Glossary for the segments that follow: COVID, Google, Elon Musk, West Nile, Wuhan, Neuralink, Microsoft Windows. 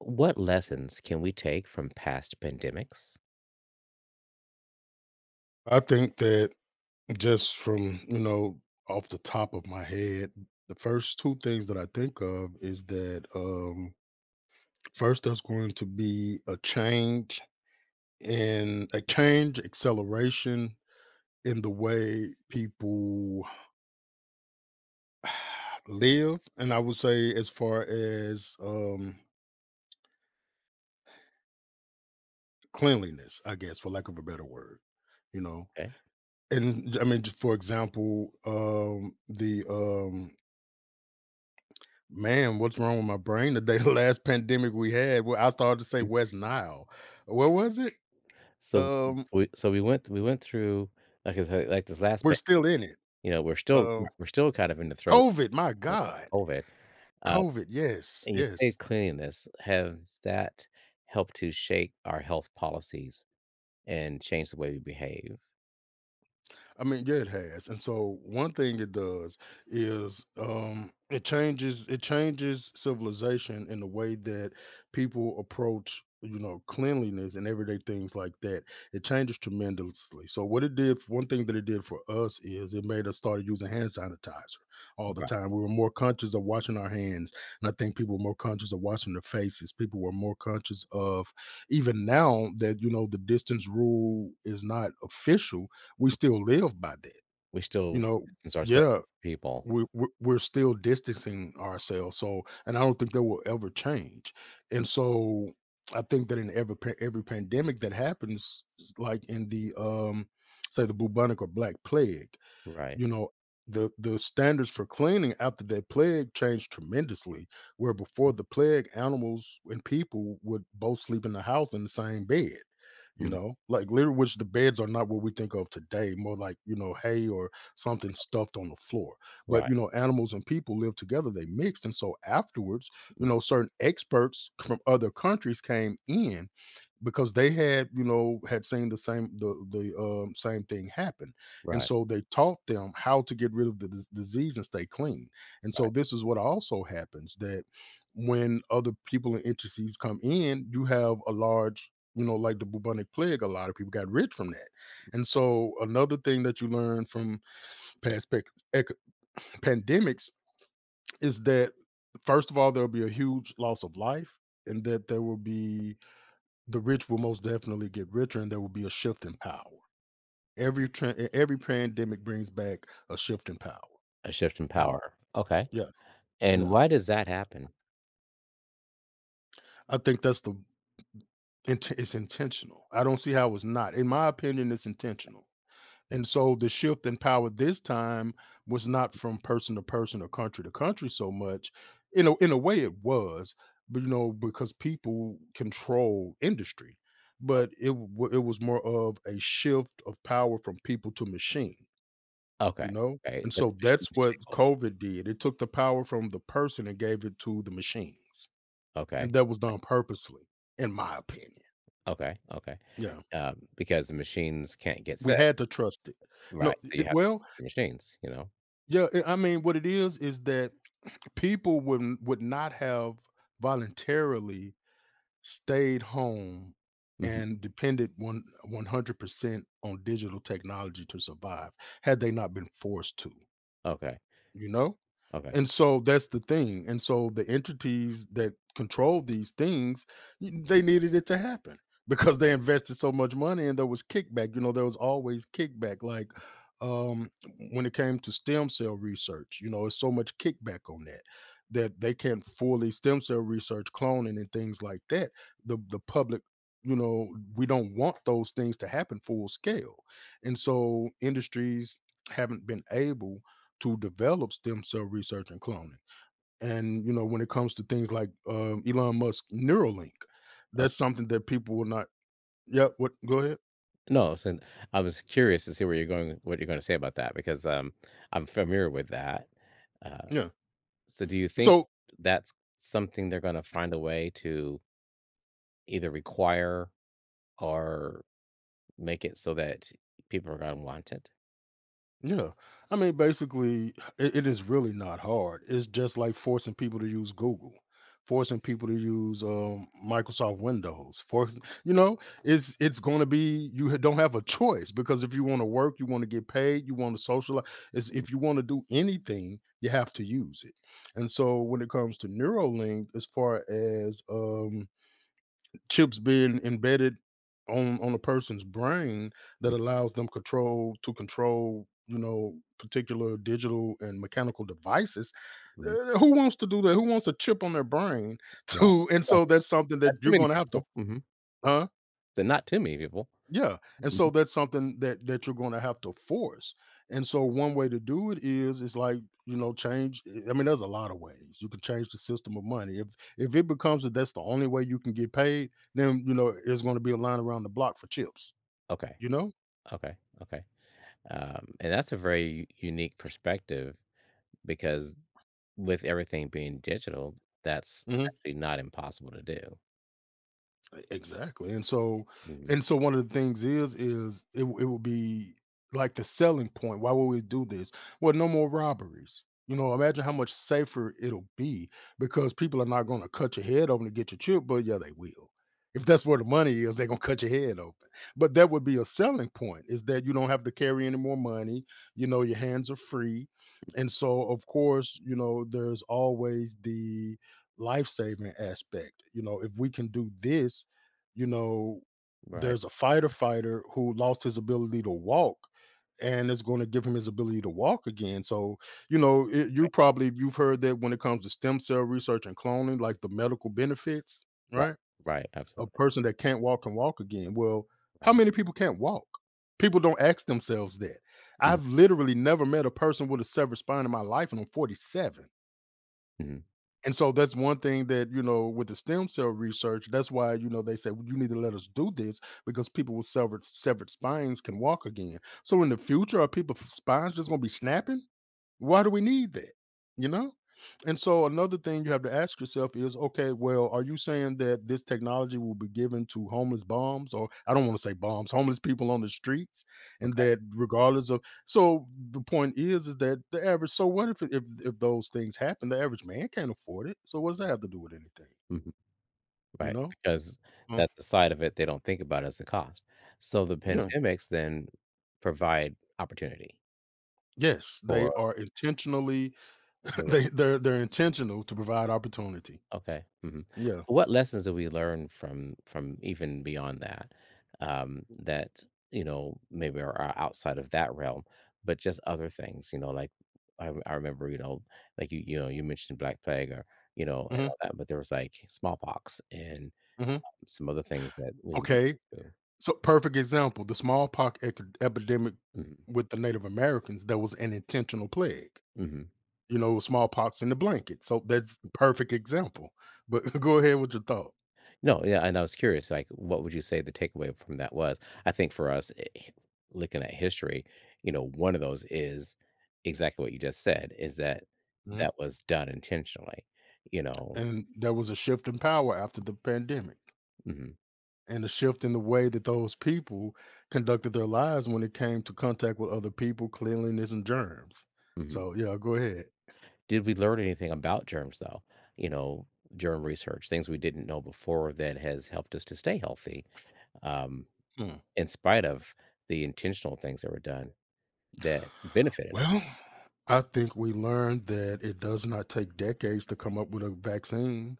What lessons can we take from past pandemics? I think that just from, off the top of my head, the first two things that I think of is that first there's going to be a change in a change acceleration in the way people live, and I would say as far as cleanliness, I guess for lack of a better word, you know. Okay. And I mean just for example, the man, what's wrong with my brain today? The last pandemic we had, well, I started to say Mm. West Nile. Where was it? So Um, so we went through like I said, like this last we're pan, still in it. you know, we're still, Uh, we're still kind of in the throes COVID, my of God. COVID. Uh, COVID, yes, and you say yes. cleanliness, has that helped to shape our health policies and change the way we behave? I mean, yeah, it has. And so one thing it does is it changes civilization in the way that people approach, cleanliness and everyday things like that. It changes tremendously. So what it did, one thing that it did for us is it made us started using hand sanitizer all the Right. time. We were more conscious of washing our hands, and I think people were more conscious of washing their faces. People were more conscious of, even now that the distance rule is not official, we still live by that. We You still know, distance ourselves yeah, from people. we're still distancing ourselves. So, and I don't think that will ever change. And so, I think that in every every pandemic that happens, like in the say the bubonic or black plague, Right. you know, the standards for cleaning after that plague changed tremendously. Where before Mm, the plague, animals and people would both sleep in the house in the same bed. You mm, know, like literally, which the beds are not what we think of today. More like, you know, hay or something stuffed on the floor. But right, you know, animals and people lived together. They mixed, and so afterwards, you mm, know, certain experts from other countries came in because they had, had seen the same thing happen, and right, so they taught them how to get rid of the disease and stay clean. And so right. this is what also happens, that when other people and entities come in, you have a large, you know, like the bubonic plague, a lot of people got rich from that. And so another thing that you learn from past ec- pandemics is that first of all there'll be a huge loss of life, and that there will be, the rich will most definitely get richer, and there will be a shift in power. Every pandemic brings back a shift in power, A shift in and power. Okay. yeah, And yeah. why does that happen? I think that's the int it's intentional. I don't see how it's not. In my opinion, it's intentional, Mm, and so the shift in power this time was not from person to person or country to country so much. In a way it was, but, you know, because people control industry, but it was more of a shift of power from people to machine. You okay, know? okay, And let the so machine that's take what over. COVID did. It took the power from the person and gave it to the machines. And Okay, that was done purposely, in my opinion. okay, okay. Yeah. Because the machines can't get We sick, had to trust it. No, right? So you it, have well, your machines. yeah, I mean, what it is that people would not have voluntarily stayed home Mhm. and depended one 100% on digital technology to survive had they not been forced to, Okay, you know? okay. And so that's the thing. And so the entities that control these things, they needed it to happen because they invested so much money, and there was kickback. You know, there was always kickback. Like um, when it came to stem cell research, you know, it's so much kickback on that, that they can't fully stem cell research cloning and things like that. The public, you know, we don't want those things to happen full scale, and so industries haven't been able to develop stem cell research and cloning. And you know, when it comes to things like Elon Musk Neuralink, Oh, that's something that people will not. Yeah, what? Go ahead. no, so I was curious to see where you're going, what you're gonna say about that because I'm familiar with that. Uh, Yeah. so do you think So that's something they're gonna find a way to either require or make it so that people are gonna want it? yeah. I mean, basically, it is really not hard. It's just like forcing people to use Google, forcing people to use Microsoft Windows. Forcing, you know, it's going to be, you don't have a choice, because if you want to work, you want to get paid, you want to socialize. It's, Mhm, if you want to do anything, you have to use it. And so, when it comes to Neuralink, as far as chips being embedded on a person's brain mm, that allows them control to control, you know, particular digital and mechanical devices. mhm, Who wants to do that? Who wants a chip on their brain right, to, and right, so that's something that not too you're many going to have to, people, mhm, huh, so not too many people, yeah. And mhm, so that's something that you're going to have to force. And so one way to do it is like, you know, change, I mean there's a lot of ways. You can change the system of money. If it becomes that that's the only way you can get paid, then you know, there's going to be a line around the block for chips, okay, you know? okay, okay, and that's a very unique perspective because with everything being digital, that's Mhm. actually not impossible to do, Exactly. And so, mhm, and so one of the things is it would be like the selling point. Why would we do this? Well, no more robberies. You know, imagine how much safer it'll be because people are not going to cut your head open to get your chip, but yeah, they will. If that's where the money is, they're gonna cut your head open. But that would be a selling point, is that you don't have to carry any more money, you know, your hands are free. And so, of course, you know, there's always the life-saving aspect. You know, if we can do this, you know, right, there's a fighter who lost his ability to walk, and it's going to give him his ability to walk again. So, you know, it, you right, probably, you've heard that when it comes to stem cell research and cloning, like the medical benefits, right, right? right, A absolutely, person that can't walk can walk again. Well, how right, many people can't walk? People don't ask themselves that. mhm, I've literally never met a person with a severed spine in my life, and I'm 47. mhm, And so that's one thing that, you know, with the stem cell research, that's why, you know, they say, well, you need to let us do this because people with severed spines can walk again. So in the future, are people's spines just gonna be snapping? Why do we need that? You know? And so another thing you have to ask yourself is okay, well, are you saying that this technology will be given to homeless bombs, or I don't want to say bombs, homeless people on the streets, and okay, that regardless of, so the point is that the average, so what, if those things happen, the average man can't afford it. So what does that have to do with anything? mhm. You Right, know? because So, that's the side of it they don't think about as a cost. So the yeah. pandemics then provide opportunity Yes, they for are intentionally the they're intentional to provide opportunity. okay, mhm. Yeah. So what lessons do we learn from even beyond that, that, you know, maybe are outside of that realm, but just other things, you know, like, I remember, you know, like, you know, you mentioned Black Plague or, you know, and Hmm. all that, but there was like smallpox and Hmm. some other things that we went Okay. through. So, perfect example, the smallpox epidemic Mhm, with the Native Americans, that was an intentional plague. mhm. You know, smallpox in the blanket. So that's perfect example. But go ahead with your thought. No, yeah, and I was curious, like, what would you say the takeaway from that was? I think for us, looking at history, you know, one of those is exactly what you just said, is that Mhm. that was done intentionally, you know. And there was a shift in power after the pandemic, Hmm. and a shift in the way that those people conducted their lives when it came to contact with other people, cleanliness, and germs. Hmm. So, yeah, go ahead. Did we learn anything about germs, though? You know, germ research, things we didn't know before that has helped us to stay healthy, um, Hmm. in spite of the intentional things that were done that benefited. Well, I think we learned that it does not take decades to come up with a vaccine.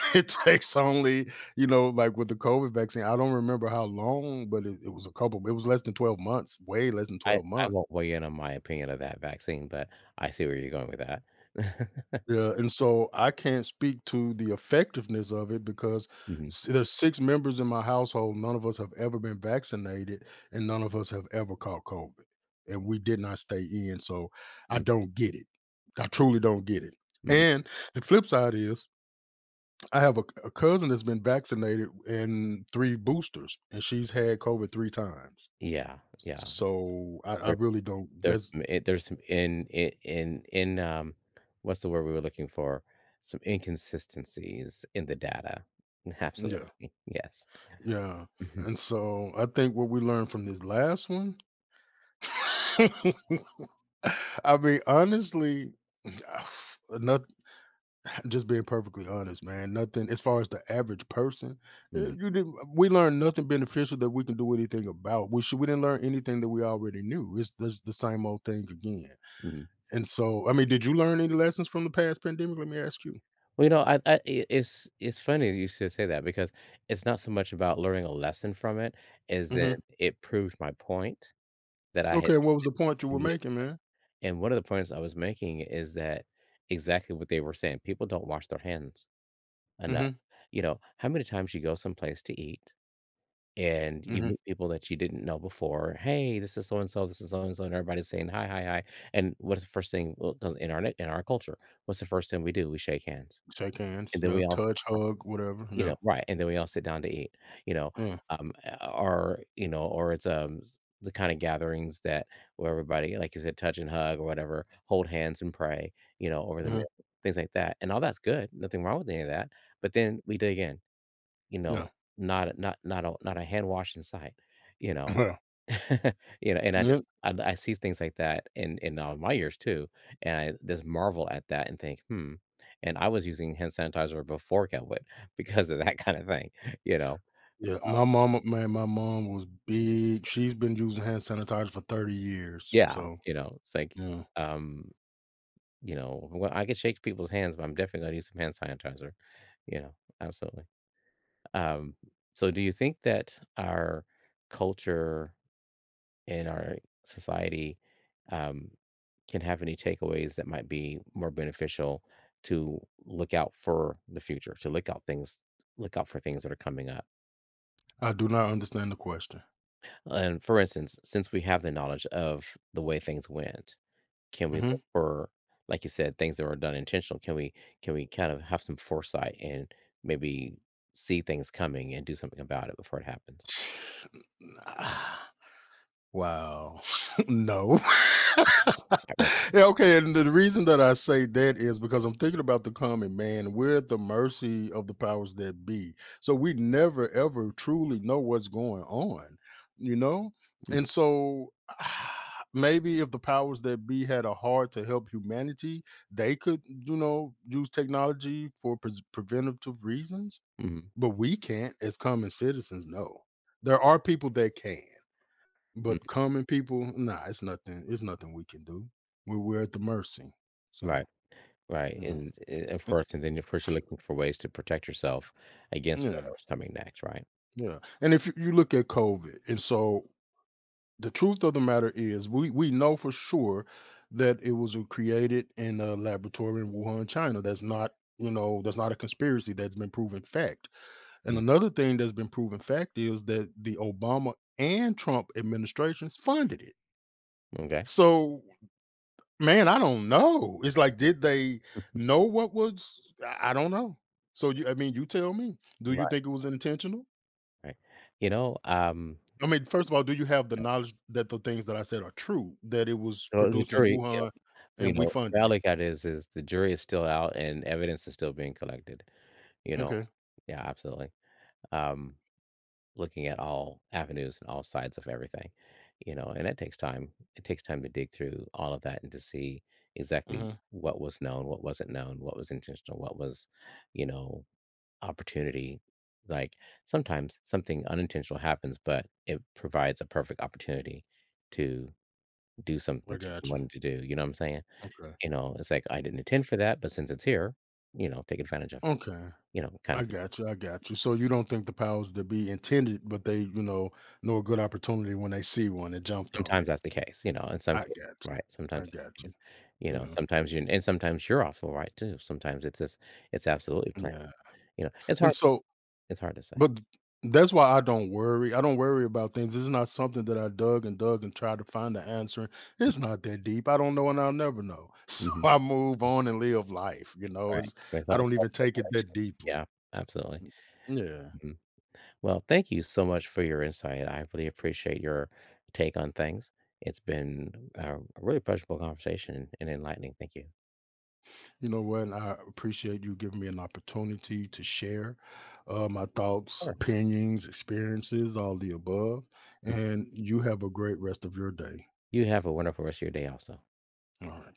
It takes only, you know, like with the COVID vaccine, I don't remember how long, but it was a couple, it was less than 12 months, way less than 12 I months. won't weigh in on my opinion of that vaccine, but I see where you're going with that. Yeah. And so I can't speak to the effectiveness of it because Mhm, there's 6 members in my household. None of us have ever been vaccinated, and none of us have ever caught COVID. And we did not stay in. So I mm, don't get it. I truly don't get it. mhm. And the flip side is I have a cousin that's been vaccinated in 3 boosters, and she's had COVID 3 times. Yeah, yeah. So I There's really don't. there's That's some I there's some in I in, what's the word we were looking for? Some inconsistencies in the data. yeah, Absolutely, yes. yeah. Mhm, And so I think what we learned from this last one. I mean, honestly, not, just being perfectly honest, man. Nothing as far as the average person, eh, mhm, you didn't. We learned nothing beneficial that we can do anything about. We should. We didn't learn anything that we already knew. It's just the same old thing again. mhm. And so, I mean, did you learn any lessons from the past pandemic? Let me ask you. Well, you know, I it's funny you should say that because it's not so much about learning a lesson from it as in Mhm. it proved my point that I had. Okay, what was the point you were making, man? And one of the points I was making is that exactly what they were saying, people don't wash their hands enough. Mhm, You know, how many times you go someplace to eat and you mhm. meet people that you didn't know before. Hey, this is so and so. This is so and so, and everybody's saying hi, hi, hi. And what's the first thing? Well, 'cause in our culture, what's the first thing we do? We shake hands, Shake hands, and then yeah, we all, touch, hug, whatever, you know, yeah, right, and then we all sit down to eat, you know, yeah, um, or, you know, or it's, s the kinda gatherings that where everybody, like you said, touch and hug or whatever, hold hands and pray, you know, over the mhm, meal, things like that, and all that's good, nothing wrong with any of that, but then we dig in, you know, yeah, not a hand wash in sight, you know? yeah, You know, and I just, yeah, I see things like that in, my years too, and I just marvel at that and think, "Hmm," and I was using hand sanitizer before COVID because of that kinda thing, you know? yeah. My mama, man, my mom was big. She's been using hand sanitizer for 30 years. Yeah, So, you know, it's like, yeah, um, you know, well, I could shake people's hands, but I'm definitely gonna use some hand sanitizer, you know? Absolutely. Um, so do you think that our culture in our society, um, can have any takeaways that might be more beneficial to look out for the future, to look out things, look out for things that are coming up. I do not understand the question. And for instance, since we have the knowledge of the way things went, can we Mhm. look for, like you said, things that were done intentional? Can we, can we kind of have some foresight and maybe see things coming and do something about it before it happens? Wow. No. Can't really. Yeah, okay, and the reason that I say that is because I'm thinking about the common man. We're at the mercy of the powers that be. So we never ever truly know what's going on, you know? Mm, And so maybe if the powers that be had a heart to help humanity, they could, you know, use technology for pres preventative reasons, mhm, but we can't as common citizens, no. There are people that can. mm, But common people, nah, it's nothing. It's nothing we can do. We're at the mercy. So right, right, yeah, and of eh, course, and then of course you're looking for ways to protect yourself against yeah, whatever's coming next, right? yeah. And if you look at COVID, and so the truth of the matter is, we know for sure that it was created in a laboratory in Wuhan, China. That's not, you know, that's not a conspiracy. That's been proven fact. And Mm, another thing that's been proven fact is that the Obama and Trump administrations funded it. okay. So, man, I don't know. It's like, did they know what was, I don't know. So you, I mean, you tell me. Do you Right, think it was intentional? right. You know, I mean, first of all, do you have the knowledge that the things that I said are true, that it was so the produced in jury, you know, Wuhan well, you and we know, funded it? reality got is the jury is still out and evidence is still being collected, you know? Okay. Yeah, absolutely. Um, looking at all avenues and all sides of everything, you know, and that takes time. It takes time to dig through all of that and to see exactly Mhm. what was known, what wasn't known, what was intentional, what was, you know, opportunity. Like sometimes something unintentional happens, but it provides a perfect opportunity to do something I that you got you. wanted to do. You know what I'm saying? Okay. You know, it's like I didn't intend for that, but since it's here, you know, take advantage of, Okay. you know, kind I of thing. got you. I got you. So you don't think the powers that be intended, but they, you know a good opportunity when they see one and jumped on Sometimes it. that's the case, you know, in some I cases, got you. right, sometimes I that's the got you. case, you know, Yeah. sometimes you, and sometimes you're awful right too, sometimes it's just it's absolutely planned, Yeah. you know, it's And hard so, it's hard to say. But th that's why I don't worry. I don't worry about things. It's not something that I dug and dug and tried to find the answer. It's not that deep. I don't know and I'll never know. So Mhm, I move on and live life, you know. right, It's, right, I but it's don't all even take it speculation. that Yeah, deeply. absolutely, Mm. Yeah. mhm. Well, thank you so much for your insight, I really appreciate your take on things. It's been a really pleasurable conversation and enlightening, thank you. You know what? I appreciate you giving me an opportunity to share my thoughts, Sure, opinions, experiences, all the above. mhm. And you have a great rest of your day. You have a wonderful rest of your day also. All right.